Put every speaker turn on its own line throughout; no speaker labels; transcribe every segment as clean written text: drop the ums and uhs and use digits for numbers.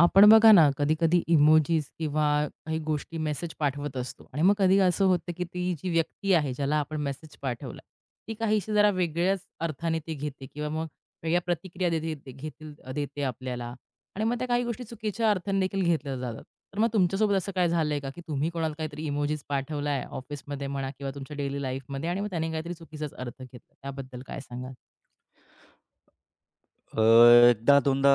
आपण बघा ना, कधी-कधी इमोजीस किंवा काही गोष्टी मेसेज पाठवत असतो आणि मग कधी असं होतं, की ती जी व्यक्ती आहे, ज्याला आपण मेसेज पाठवला, ती काहीशी जरा वेगळ्याच अर्थाने ती घेते किंवा मग वेगळ्या प्रतिक्रिया देते घेतील देते आपल्याला आणि मग त्या काही गोष्टी चुकीच्या अर्थाने देखील घेतल्या जातात. तर मग तुमच्यासोबत असं काय झालंय का, की तुम्ही कोणाला काहीतरी इमोजीस पाठवलाय ऑफिसमध्ये म्हणा किंवा तुमच्या डेली लाईफमध्ये आणि मग त्याने काहीतरी चुकीचाच अर्थ घेतला? त्याबद्दल काय सांगाल?
अ, एकदा दोनदा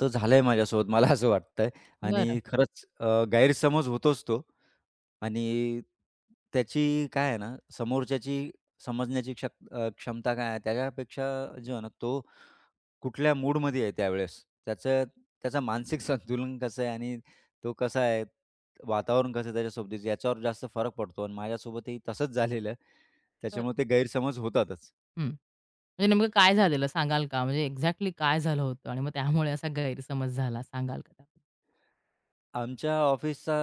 तर झालंय माझ्यासोबत मला असं वाटतंय.
बरं.
आणि खरंच गैरसमज होतोच तो. आणि त्याची काय आहे ना, समोरच्याची समजण्याची क्षमता काय आहे त्याच्यापेक्षा, जो आहे ना, तो कुठल्या मूडमध्ये आहे त्यावेळेस, त्याचं त्याचं मानसिक संतुलन कसं आहे आणि तो कसा आहे, वातावरण कसं आहे त्याच्यासोबतीचं, याच्यावर जास्त फरक पडतो. आणि माझ्यासोबतही तसंच झालेलं आहे.
तर
त्याच्यामुळे ते गैरसमज होतातच.
हं. म्हणजे नेमकं काय झालेलं सांगाल का? म्हणजे एक्झॅक्टली काय झालं होतं आणि मग त्यामुळे असा गैरसमज झाला सांगाल का त्याबद्दल?
आमच्या ऑफिसचा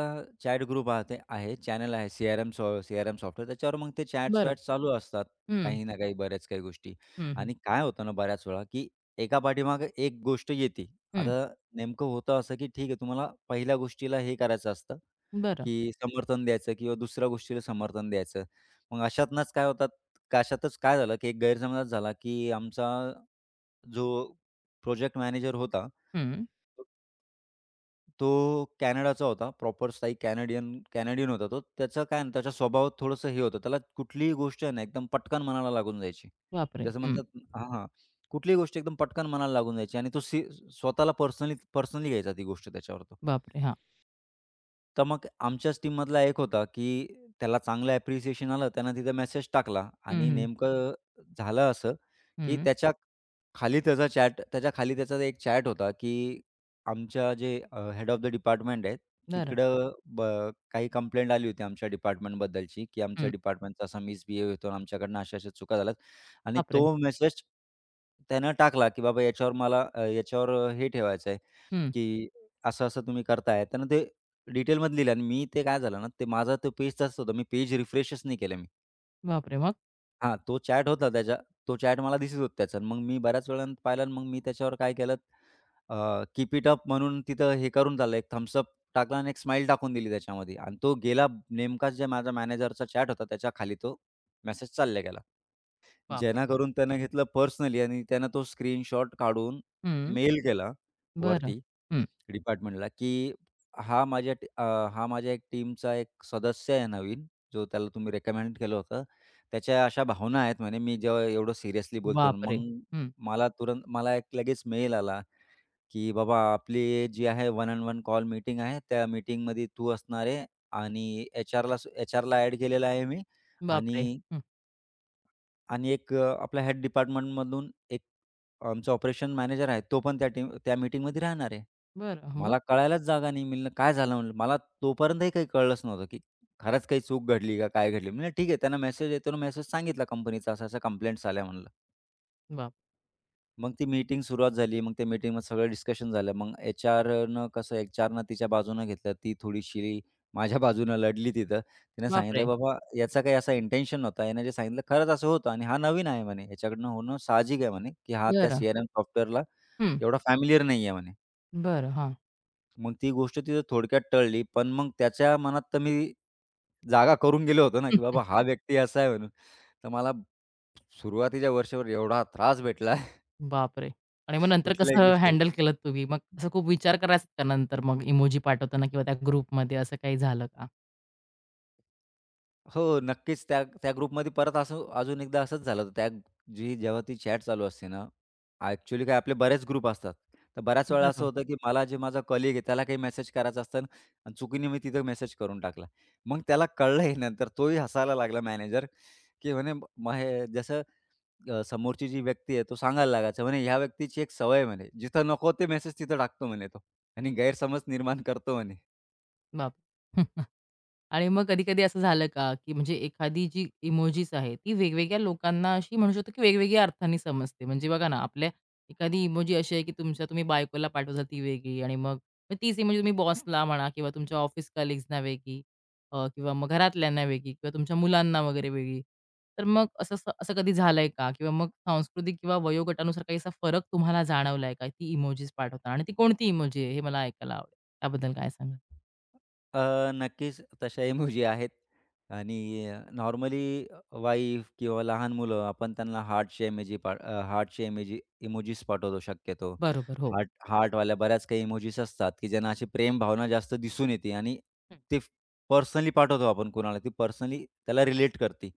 चॅट ग्रुप आहे आहे, चॅनल आहे सीआरएम सीआरएम सॉफ्टवेअर, त्याच्यावर मग ते
बरं.
चॅट्स-वॅट्स चालू असतात.
हं.
काही ना काही बऱ्याच काही गोष्टी.
हं, हं.
आणि काय होतं ना बऱ्याच वेळा, की एका पाठीमागे एक गोष्ट येते.
हं.
आता नेमकं होतं असं, की ठीक आहे तुम्हाला पहिल्या गोष्टीला हे करायचं असतं,
बरं.
की समर्थन द्यायचं किंवा दुसऱ्या गोष्टीला समर्थन द्यायचं. मग अशातनंच काय होतात अशातच काय झालं, की एक गैरसमज झाला, की आमचा जो प्रोजेक्ट मॅनेजर होता
हं.
तो कॅनडाचा होता. प्रॉपर स्थायी कॅनेडियन कॅनेडियन होता तो. त्याचं काय आहे ना, त्याच्या स्वभावात थोडंसं हे होतं. त्याला कुठलीही गोष्ट आहे ना, एकदम पटकन मनाला लागून जायची.
बापरे!
जसं
हं.
म्हणतात हां, हां. कुठलीही गोष्ट एकदम पटकन मनाला लागून जायची आणि तो स्वतःला पर्सनली पर्सनली घ्यायचा ती गोष्ट त्याच्यावर तो.
बापरे! हां.
तर मग आमच्याच टीममधला एक होता, की त्याला चांगलं ॲप्रिसिएशन आलं. त्यानं तिथं मेसेज टाकला
हं,
आणि
हं.
नेमकं झालं असं, की
हं.
त्याच्या खाली त्याचा एक चॅट होता, की आमच्या जे हेड ऑफ द डिपार्टमेंट आहेत,
बरं.
तिकडं काही कंप्लेंट आली होती आमच्या डिपार्टमेंटबद्दलची, की आमच्या
हं.
डिपार्टमेंटचा असा मिसबिहेव होतो, आमच्याकडनं अशा-अशा चुका झाल्यात. आणि
बापरे!
तो मेसेज त्यानं टाकला, की बाबा याच्यावर मला याच्यावर हे ठेवायचं आहे.
हं.
की असं-असं तुम्ही करताय. त्यानं ते डिटेलमध्ये लिहिलं. आणि मी ते काय झालं ना, ते माझा तो पेज तसाच होता. मी पेज रिफ्रेशच नाही केलं मी.
बापरे! मग?
हां, तो चॅट होता त्याच्या, तो चॅट मला दिसत होता त्याचा. मग मी बऱ्याच वेळानं पाहिलं आणि मग मी त्याच्यावर काय केलं, कीप इट अप म्हणून तिथं हे करून झालं. एक थम्स टाकला आणि एक स्माईल टाकून दिली त्याच्यामध्ये. आणि तो गेला नेमकाच जे माझ्या मॅनेजरचा चॅट होता त्याच्या खाली तो मेसेज चालला गेला.
बापरे!
जेणेकरून त्यानं घेतलं पर्सनली, आणि त्यानं तो स्क्रीनशॉट काढून
हं.
मेल केला
बरं.
वरती.
हं.
डिपार्टमेंटला, की हा माझ्या हा माझ्या एक टीमचा एक सदस्य आहे नवीन, जो त्याला तुम्ही रेकमेंड केलं होतं. त्याच्या अशा भावना आहेत म्हणे, मी जेव्हा एवढं सिरियसली बोलतो ना,
बापरे!
मग
हं.
मला तुरंत मला एक लगेच मेल आला, की "बाबा आपली जी आहे one on one call meeting आहे. त्या मीटिंगमध्ये तू असणार आहे आणि एचआरला एचआरला ॲड केलेलं आहे मी.
बापरे!
आणि
हं.
आणि एक अ, आपल्या हेड डिपार्टमेंटमधून एक आमचा ऑपरेशन मॅनेजर आहे, तो पण त्या मीटिंगमध्ये राहणार आहे."
बरं. मग?
मला कळायलाच जागा नाही. मी म्हणलं, "काय झालं?" म्हणलं. मला तोपर्यंतही काही कळलंच नव्हतं, की खरंच काही चूक घडली का काय घडली? म्हणलं, "ठीक आहे." त्यांना मेसेज येतो ना, मेसेज सांगितला कंपनीचा, "असं-असं कंप्लेंट्स आल्या." म्हणलं.
बाप
मग ती मीटिंग सुरुवात झाली. मग त्या मीटिंगमध्ये सगळं डिस्कशन झालं. मग एचआरनं तिच्या बाजूनं घेतलं. ती थोडीशी माझ्या बाजूनं लढली तिथं. तिनं सांगितलं,
बापरे!
"बाबा, याचा काही असा इंटेन्शन नव्हता." यानं जे सांगितलं, "खरंच असं होतं आणि हा नवीन आहे." म्हणे. "याच्याकडनं होणं साहजिक आहे." म्हणे, "की हा त्या
बरं.
सीआरएम सॉफ्टवेअरला
हं.
एवढा फॅमिलिअर नाही आहे." म्हणे.
बरं. हां.
मग ती गोष्ट तिथं थोडक्यात टळली. पण मग त्याच्या मनात तर मी जागा करून गेलो होतो ना, की बाबा हा व्यक्ती असा आहे म्हणून. तर मला सुरुवातीच्या वर्षभर एवढा त्रास भेटला.
बापरे! आणि मग नंतर
कुठल्याही
कसं
गोष्टीचा.
हँडल केलत तुम्ही? मग असं खूप विचार करायचात का नंतर मग इमोजी पाठवताना किंवा त्या ग्रुपमध्ये असं काही झालं का?
हो, नक्कीच त्या त्या ग्रुपमध्ये परत असं अजून एकदा असंच झालं होतं. त्या जी जेव्हा ती चॅट चालू असते ना, ॲक्चुअली काय आपले बरेच ग्रुप असतात. तर बऱ्याच वेळा असं
बरोबर.
होतं, की मला जे माझा कलीग आहे त्याला काही मेसेज करायचा असतं ना, आणि चुकीने मी तिथं मेसेज करून टाकला. मग त्याला कळलं हे नंतर, तोही हसायला लागला मॅनेजर, की म्हणे मग हे जसं समोरची जी व्यक्ती आहे तो सांगायला लागायचा म्हणे, "ह्या व्यक्तीची एक सवय आहे" म्हणे, "जिथं नको ते मेसेज तिथं टाकतो" म्हणे तो आणि गैरसमज निर्माण करतो म्हणे.
बाप आणि मग कधी-कधी असं झालं का, की म्हणजे एखादी जी इमोजीस आहे, ती वेगवेगळ्या लोकांना अशी म्हणू शकतो, की वेगवेगळ्या अर्थाने समजते. म्हणजे बघा ना, आपल्या एखादी इमोजी अशी आहे, की तुमच्या तुम्ही बायकोला पाठवता ती वेगळी आणि मग मग तीच इमोजी तुम्ही बॉसला म्हणा किंवा तुमच्या ऑफिस कलीग्सना वेगळी किंवा मग घरातल्यांना वेगळी किंवा तुमच्या मुलांना वगैरे वेगळी. तर मग असं असं असं कधी झालंय का? किंवा मग सांस्कृतिक किंवा वयोगटानुसार काही असा फरक तुम्हाला जाणवलाय का? ती इमोजीस पाठवताना आणि ती कोणती इमोजी आहे हे मला ऐकायला आवडेल. त्याबद्दल काय सांगाल?
नक्कीच तशा इमोजी आहेत. आणि नॉर्मली वाईफ किंवा लहान मुलं आपण त्यांना हार्टचे इमोजीस पाठवतो शक्यतो.
बरोबर. हो.
हार्ट हार्टवाल्या बऱ्याच काही इमोजीस असतात, की ज्यांना अशी प्रेम भावना जास्त दिसून येते. आणि
हं.
ते पर्सनली पाठवतो आपण कोणाला, ती पर्सनली त्याला रिलेट करते.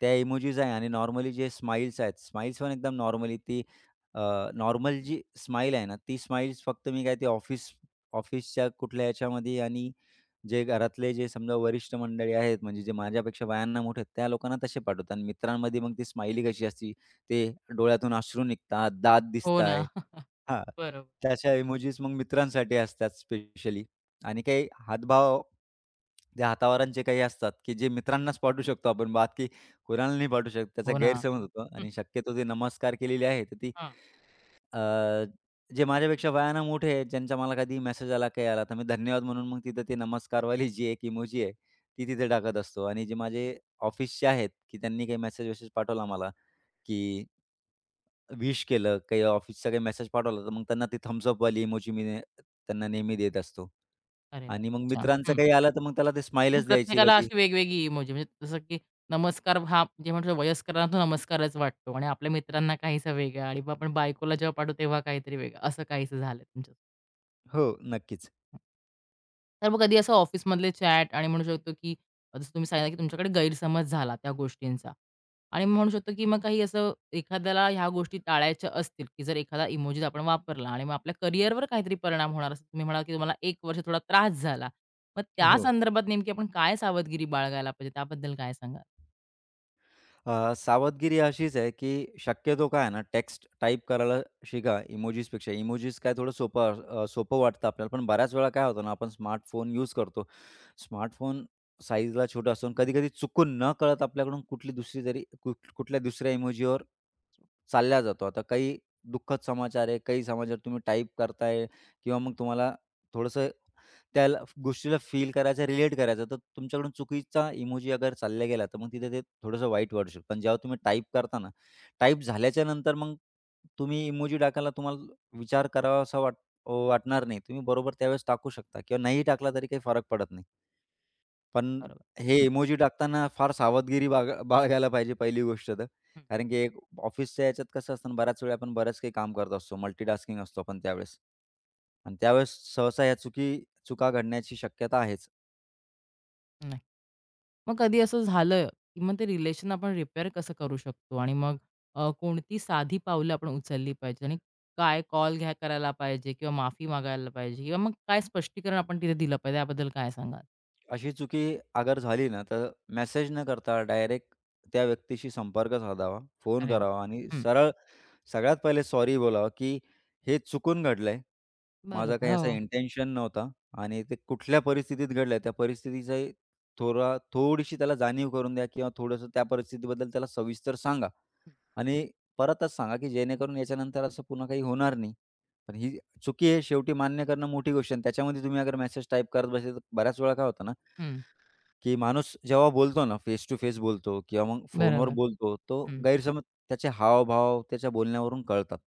त्या इमोजीज आहे. आणि नॉर्मली जे स्माईल्स आहेत, स्माईल्स पण एकदम नॉर्मली ती नॉर्मल जी स्माईल आहे ना, ती स्माईल्स फक्त मी काय ते ऑफिसच्या कुठल्या याच्यामध्ये आणि जे घरातले जे समजा वरिष्ठ मंडळी आहेत, म्हणजे जे माझ्यापेक्षा वयानं मोठे आहेत, त्या लोकांना तसे पाठवतात. आणि मित्रांमध्ये मग ती स्माइली कशी असती, ते डोळ्यातून अश्रू निघतात, दात
हो ना.
दिसताय. हां,
बरोबर.
तशा इमोजीज मग मित्रांसाठी असतात स्पेशली. आणि काही हातभाव, जे हातावरांचे काही असतात, की जे मित्रांनाच पाठवू शकतो आपण. बाकी कुराणाला नाही पाठवू शकत. त्याचा
हो ना.
गैरसमज होतो.
हं,
आणि शक्यतो जे नमस्कार केलेली आहे, तर ती
हां.
अ, जे माझ्यापेक्षा वयानं मोठे आहेत, ज्यांचा मला कधी मेसेज आला, काही आला, तर मी धन्यवाद म्हणून मग तिथं ते नमस्कारवाली जी एक इमोजी आहे, ती तिथे टाकत असतो. आणि जे माझे ऑफिसचे आहेत, की त्यांनी काही मेसेज-वेसेज पाठवला मला, की विश केलं, काही ऑफिसचा काही मेसेज पाठवला, तर मग त्यांना ती थम्स अपवाली इमोजी मी ने त्यांना नेहमी देत असतो.
अरे वाह!
आणि
खूप
मग
छान.
मित्रांचं
हं.
काही आलं, तर मग त्याला ते
म्हणजे
स्माईलच द्यायची
प्रत्येकाला
कधी.
अशी वेगवेगळी इमोजी म्हणजे जसं की नमस्कार हा जे म्हणतो वयस्करांना तो नमस्कारच वाटतो आणि आपल्या मित्रांना काहीसा वेगळा आणि मग आपण बायकोला जेव्हा पाठवू तेव्हा काहीतरी वेगळं असं काहीसं झालं तुमच्या
हो, नक्कीच.
तर मग कधी असं ऑफिसमधले चॅट आणि म्हणू शकतो, की जसं तुम्ही सांगितलं, की तुमच्याकडे गैरसमज झाला त्या गोष्टींचा आणि म्हणू शकतो, की मग काही असं एखाद्याला ह्या गोष्टी टाळायच्या असतील, की जर एखादा इमोजी आपण वापरला आणि मग आपल्या करिअरवर काहीतरी परिणाम होणार असं तुम्ही म्हणाल, की तुम्हाला 1 वर्ष थोडा त्रास झाला. मग त्या
हो.
संदर्भात नेमकी आपण काय सावधगिरी बाळगायला पाहिजे त्याबद्दल काय सांगाल?
सावधगिरी अशीच आहे, की शक्यतो काय आहे ना, टेक्स्ट टाइप करायला शिका इमोजीसपेक्षा. इमोजीस काय थोडं सोपं वाटतं आपल्याला, पण बऱ्याच वेळा काय होतं ना, आपण स्मार्टफोन यूज करतो. स्मार्टफोन साईजला छोटा असतो, कधी-कधी चुकून नकळत आपल्याकडून कुठली दुसरी तरी कुठल्या दुसऱ्या इमोजीवर चालल्या जातो. आता काही दुःखद समाचार आहे, काही समाचार तुम्ही टाइप करताय किंवा मग तुम्हाला थोडंसं त्याला गोष्टीला फील करायचं, रिलेट करायचं, तर तुमच्याकडून चुकीचा इमोजी अगर चालल्या गेला, तर मग तिथे ते थोडंसं वाईट वाटू शकतं. पण जेव्हा तुम्ही टाइप करता ना, टाइप झाल्याच्या नंतर मग तुम्ही इमोजी टाकायला तुम्हाला विचार करावासा वाट वाटणार नाही. तुम्ही बरोबर त्यावेळेस टाकू शकता किंवा नाही टाकला तरी काही फरक पडत नाही. पण
बरोबर.
हे
हं.
इमोजी टाकताना फार सावधगिरी बाळगा बाळगायला पाहिजे पहिली गोष्ट तर.
हं,
कारण की एक ऑफिसच्या याच्यात कसं असतं ना, बऱ्याच वेळा आपण बऱ्याच काही काम करत असतो, मल्टीटास्किंग असतो आपण त्यावेळेस. आणि त्यावेळेस सहसा या चुका घडण्याची शक्यता आहेच.
नक्की. मग कधी असं झालं, की मग ते रिलेशन आपण रिपेअर कसं करू शकतो? आणि मग कोणती साधी पावलं आपण उचलली पाहिजे? आणि काय कॉल घ्या करायला पाहिजे किंवा माफी मागायला पाहिजे किंवा मग काय स्पष्टीकरण आपण तिथे दिलं पाहिजे, याबद्दल काय सांगाल?
अशी चुकी अगर झाली ना, तर मेसेज न करता डायरेक्ट त्या व्यक्तीशी संपर्क साधावा, फोन
अरे वाह!
करावा आणि
हं,
सरळ सगळ्यात पहिले सॉरी बोलावं, की हे चुकून घडलंय. माझा
बरोबर.
काही असा
हो.
बरोबर. इंटेन्शन नव्हता. आणि ते कुठल्या परिस्थितीत घडलंय, त्या परिस्थितीचा थोडीशी त्याला जाणीव करून द्या, किंवा थोडंसं त्या परिस्थितीबद्दल त्याला सविस्तर सांगा. आणि परतच सांगा, की जेणेकरून याच्यानंतर असं पुन्हा काही होणार नाही. पण ही चुकी आहे शेवटी, मान्य करणं मोठी गोष्ट आहे. आणि त्याच्यामध्ये तुम्ही अगर मेसेज टाइप करत बसले, तर बऱ्याच वेळा काय होतं ना,
हं,
की माणूस जेव्हा बोलतो ना, फेस टू फेस बोलतो किंवा मग फोनवर
बरोबर.
बोलतो, तो
हं,
गैरसमज त्याचे हावभाव त्याच्या बोलण्यावरून कळतात.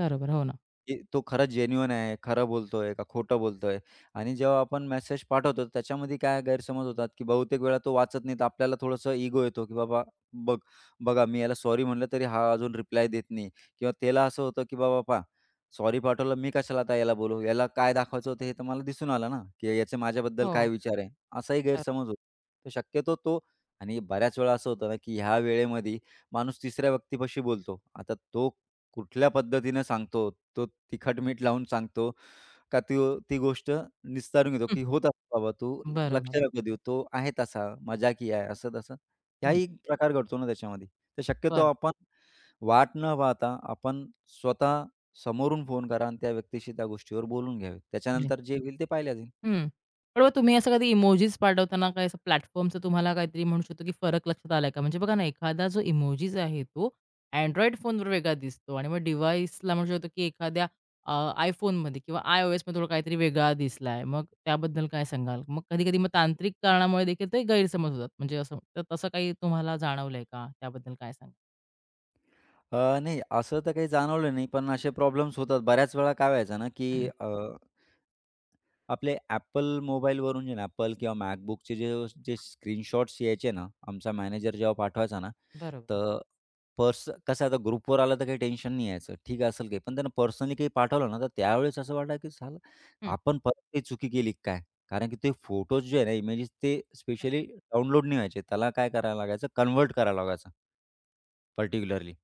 बरोबर. हो ना.
की तो खरा जेन्युइन आहे, खरं बोलतोय का खोटं बोलतोय? आणि जेव्हा आपण मेसेज पाठवतो त्याच्यामध्ये काय गैरसमज होतात, की बहुतेक वेळा तो वाचत नाही तर आपल्याला थोडंसं इगो येतो, की बाबा बघ बघा मी याला सॉरी म्हटलं तरी हा अजून रिप्लाय देत नाही, किंवा त्याला असं होतं, की बाबा पहा सॉरी पाठवलं मी, कशाला आता याला बोलू? याला काय दाखवायचं होतं हे तर मला दिसून आलं ना, की याचे माझ्याबद्दल काय
हो.
विचार आहे? असाही
बरोबर.
गैरसमज होतो. तर शक्यतो तो आणि बऱ्याच वेळा असं होतं ना, की ह्या वेळेमध्ये माणूस तिसऱ्या व्यक्तीपाशी बोलतो. आता तो कुठल्या पद्धतीनं सांगतो, तो तिखट-मीठ लावून सांगतो का तो ती गोष्ट निस्तारून घेतो,
हं,
की "होत असतं बाबा, तू लक्ष
बरोबर.
नको देऊ. तो आहे तसा, मजाकी आहे." असं-तसं.
हं,
ह्याही प्रकार घडतो ना त्याच्यामध्ये. तर शक्यतो
बरं.
आपण वाट न पाहता आपण स्वतः समोरून फोन करा आणि त्या व्यक्तीशी त्या गोष्टीवर बोलून घ्यावे. त्याच्यानंतर जे होईल ते पाहिलं जाईल.
हं. पण मग तुम्ही असं कधी इमोजीस पाठवताना काही असं प्लॅटफॉर्मचं तुम्हाला काहीतरी म्हणू शकतो, की फरक लक्षात आलाय का? म्हणजे बघा ना, एखादा जो इमोजीस आहे तो Android फोनवर वेगळा दिसतो आणि मग डिव्हाइसला म्हणू शकतो, की एखाद्या अ, iPhoneमध्ये किंवा iOSमध्ये थोडा काहीतरी वेगळा दिसलाय. मग त्याबद्दल काय सांगाल? मग कधी-कधी मग तांत्रिक कारणामुळे देखील ते गैरसमज होतात. म्हणजे असं तर तसं काही तुम्हाला जाणवलंय का? त्याबद्दल काय सांगाल?
नाही असं तर काही जाणवलं नाही, पण असे प्रॉब्लेम्स होतात. बऱ्याच वेळा काय व्हायचं ना, की आपले Apple मोबाईलवरून जे ना Apple किंवा MacBookचे जे जे स्क्रीनशॉट्स यायचे ना, आमचा मॅनेजर जेव्हा पाठवायचा ना,
बरोबर.
तर पर्स कसं आता ग्रुपवर आलं तर काही टेन्शन नाही यायचं. ठीक असेल काही. पण त्यांना पर्सनली काही पाठवलं ना, तर त्यावेळेस असं वाटलं की साला
हं.
आपण परत ते चुकी केली काय? कारण की ते फोटोज जे आहे ना, इमेजेस ते
हं.
स्पेशली डाउनलोड नाही व्हायचे. त्याला काय करायला लागायचं, कन्व्हर्ट करायला लागायचं पर्टिक्युलरली.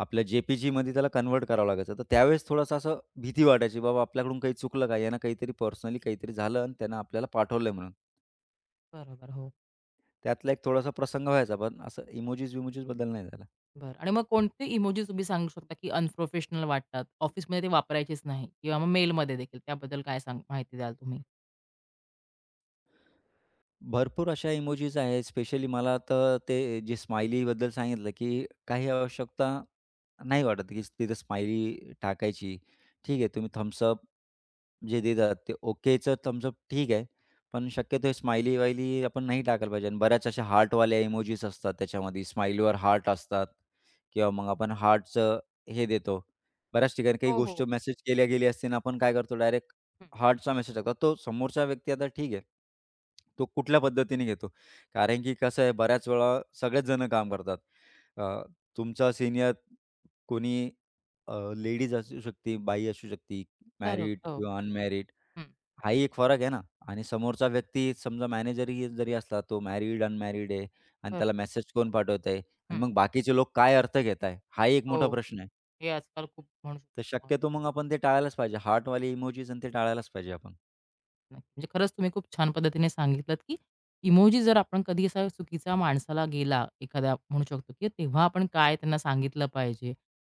आपल्या जे पी त्याला कन्व्हर्ट करावं लागायचं. तर त्यावेळेस थोडंसं असं भीती वाटायची, बाबा आपल्याकडून काही चुकलं का? यानं काहीतरी पर्सनली काहीतरी झालं आणि त्यानं आपल्याला पाठवलंय म्हणून.
बरोबर. हो.
त्यातला एक थोडासा प्रसंग व्हायचा, पण असं इमोजीस-विमोजीसबद्दल नाही झालं.
बरं आणि मग कोणते इमोजी तुम्ही सांगू शकता, की अनप्रोफेशनल वाटतात? ऑफिसमध्ये ते वापरायचेच नाही किंवा मग मेलमध्ये देखील त्याबद्दल काय सांग माहिती द्याल तुम्ही?
भरपूर अशा इमोजीज आहेत. स्पेशली मला तर ते जे स्माइलीबद्दल सांगितलं, की काही आवश्यकता नाही वाटत, की तिथं स्माइली टाकायची. ठीक आहे, तुम्ही थम्स जे देतात ते ओकेचं थम्स ठीक आहे. पण शक्यतो हे स्माइली वाईली आपण नाही टाकायला पाहिजे. आणि बऱ्याच अशा हार्टवाल्या इमोजीज असतात त्याच्यामध्ये. स्माइलीवर हार्ट असतात किंवा मग आपण हार्टचं हे देतो. बऱ्याच ठिकाणी काही
हो,
गोष्ट
हो.
मेसेज केल्या गेली असते आणि आपण काय करतो डायरेक्ट
हं,
हार्टचा मेसेज टाकतात. तो समोरचा व्यक्ती आता ठीक आहे. तो कुठल्या पद्धतीने घेतो. कारण की कसं आहे, बऱ्याच वेळा सगळेच जण काम करतात. अ, तुमचा सीनियर कोणी लेडीज असू शकते, बाई असू शकते,
बरोबर.
मॅरिड
हो.
किंवा अनमॅरिड.
हं,
हाही एक फरक आहे ना. आणि समोरचा व्यक्ती समजा मॅनेजरही जरी असला, तो मॅरिड, अनमॅरिड आहे आणि
बरोबर.
त्याला मेसेज कोण पाठवत आहे आणि
हं.
मग बाकीचे लोक काय अर्थ घेत आहे, हाही एक
हो,
मोठा प्रश्न आहे.
हे आजकाल खूप म्हणू
तर
शकतो.
शक्यतो मग आपण ते टाळायलाच पाहिजे. हार्टवाले इमोजीज, आणि ते टाळायलाच पाहिजे आपण.
नाही. म्हणजे खरंच तुम्ही खूप छान पद्धतीने सांगितलत, की इमोजी जर आपण कधी असा चुकीचा माणसाला गेला, एखादा म्हणू शकतो, की तेव्हा आपण काय त्यांना सांगितलं पाहिजे?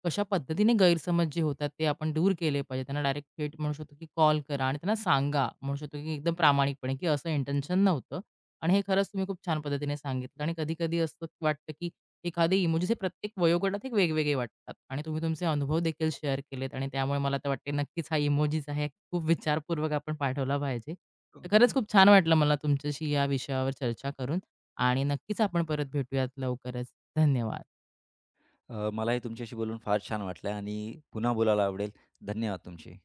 कशा पद्धतीने गैरसमज जे होतात ते आपण दूर केले पाहिजे. त्यांना डायरेक्ट थेट म्हणू शकतो, की कॉल करा आणि त्यांना सांगा. म्हणू शकतो, की एकदम प्रामाणिकपणे, की असं इंटेन्शन नव्हतं आणि हे खरंच तुम्ही खूप छान पद्धतीने सांगितलं आणि कधी-कधी असं वाटतं, की एखादी इमोजी हे प्रत्येक वयोगटात एक वेगवेगळे वाटतात आणि तुम्ही तुमचे अनुभव देखील शेअर केलेत आणि त्यामुळे मला तर वाटते नक्कीच हा इमोजीस आहे खूप विचारपूर्वक आपण पाठवला पाहिजे. तर खरंच खूप छान वाटलं मला तुमच्याशी या विषयावर चर्चा करून आणि नक्कीच आपण परत भेटूयात लवकरच. धन्यवाद.
मलाही तुमच्याशी बोलून फार छान वाटलं आणि पुन्हा बोलायला आवडेल. धन्यवाद तुमचे.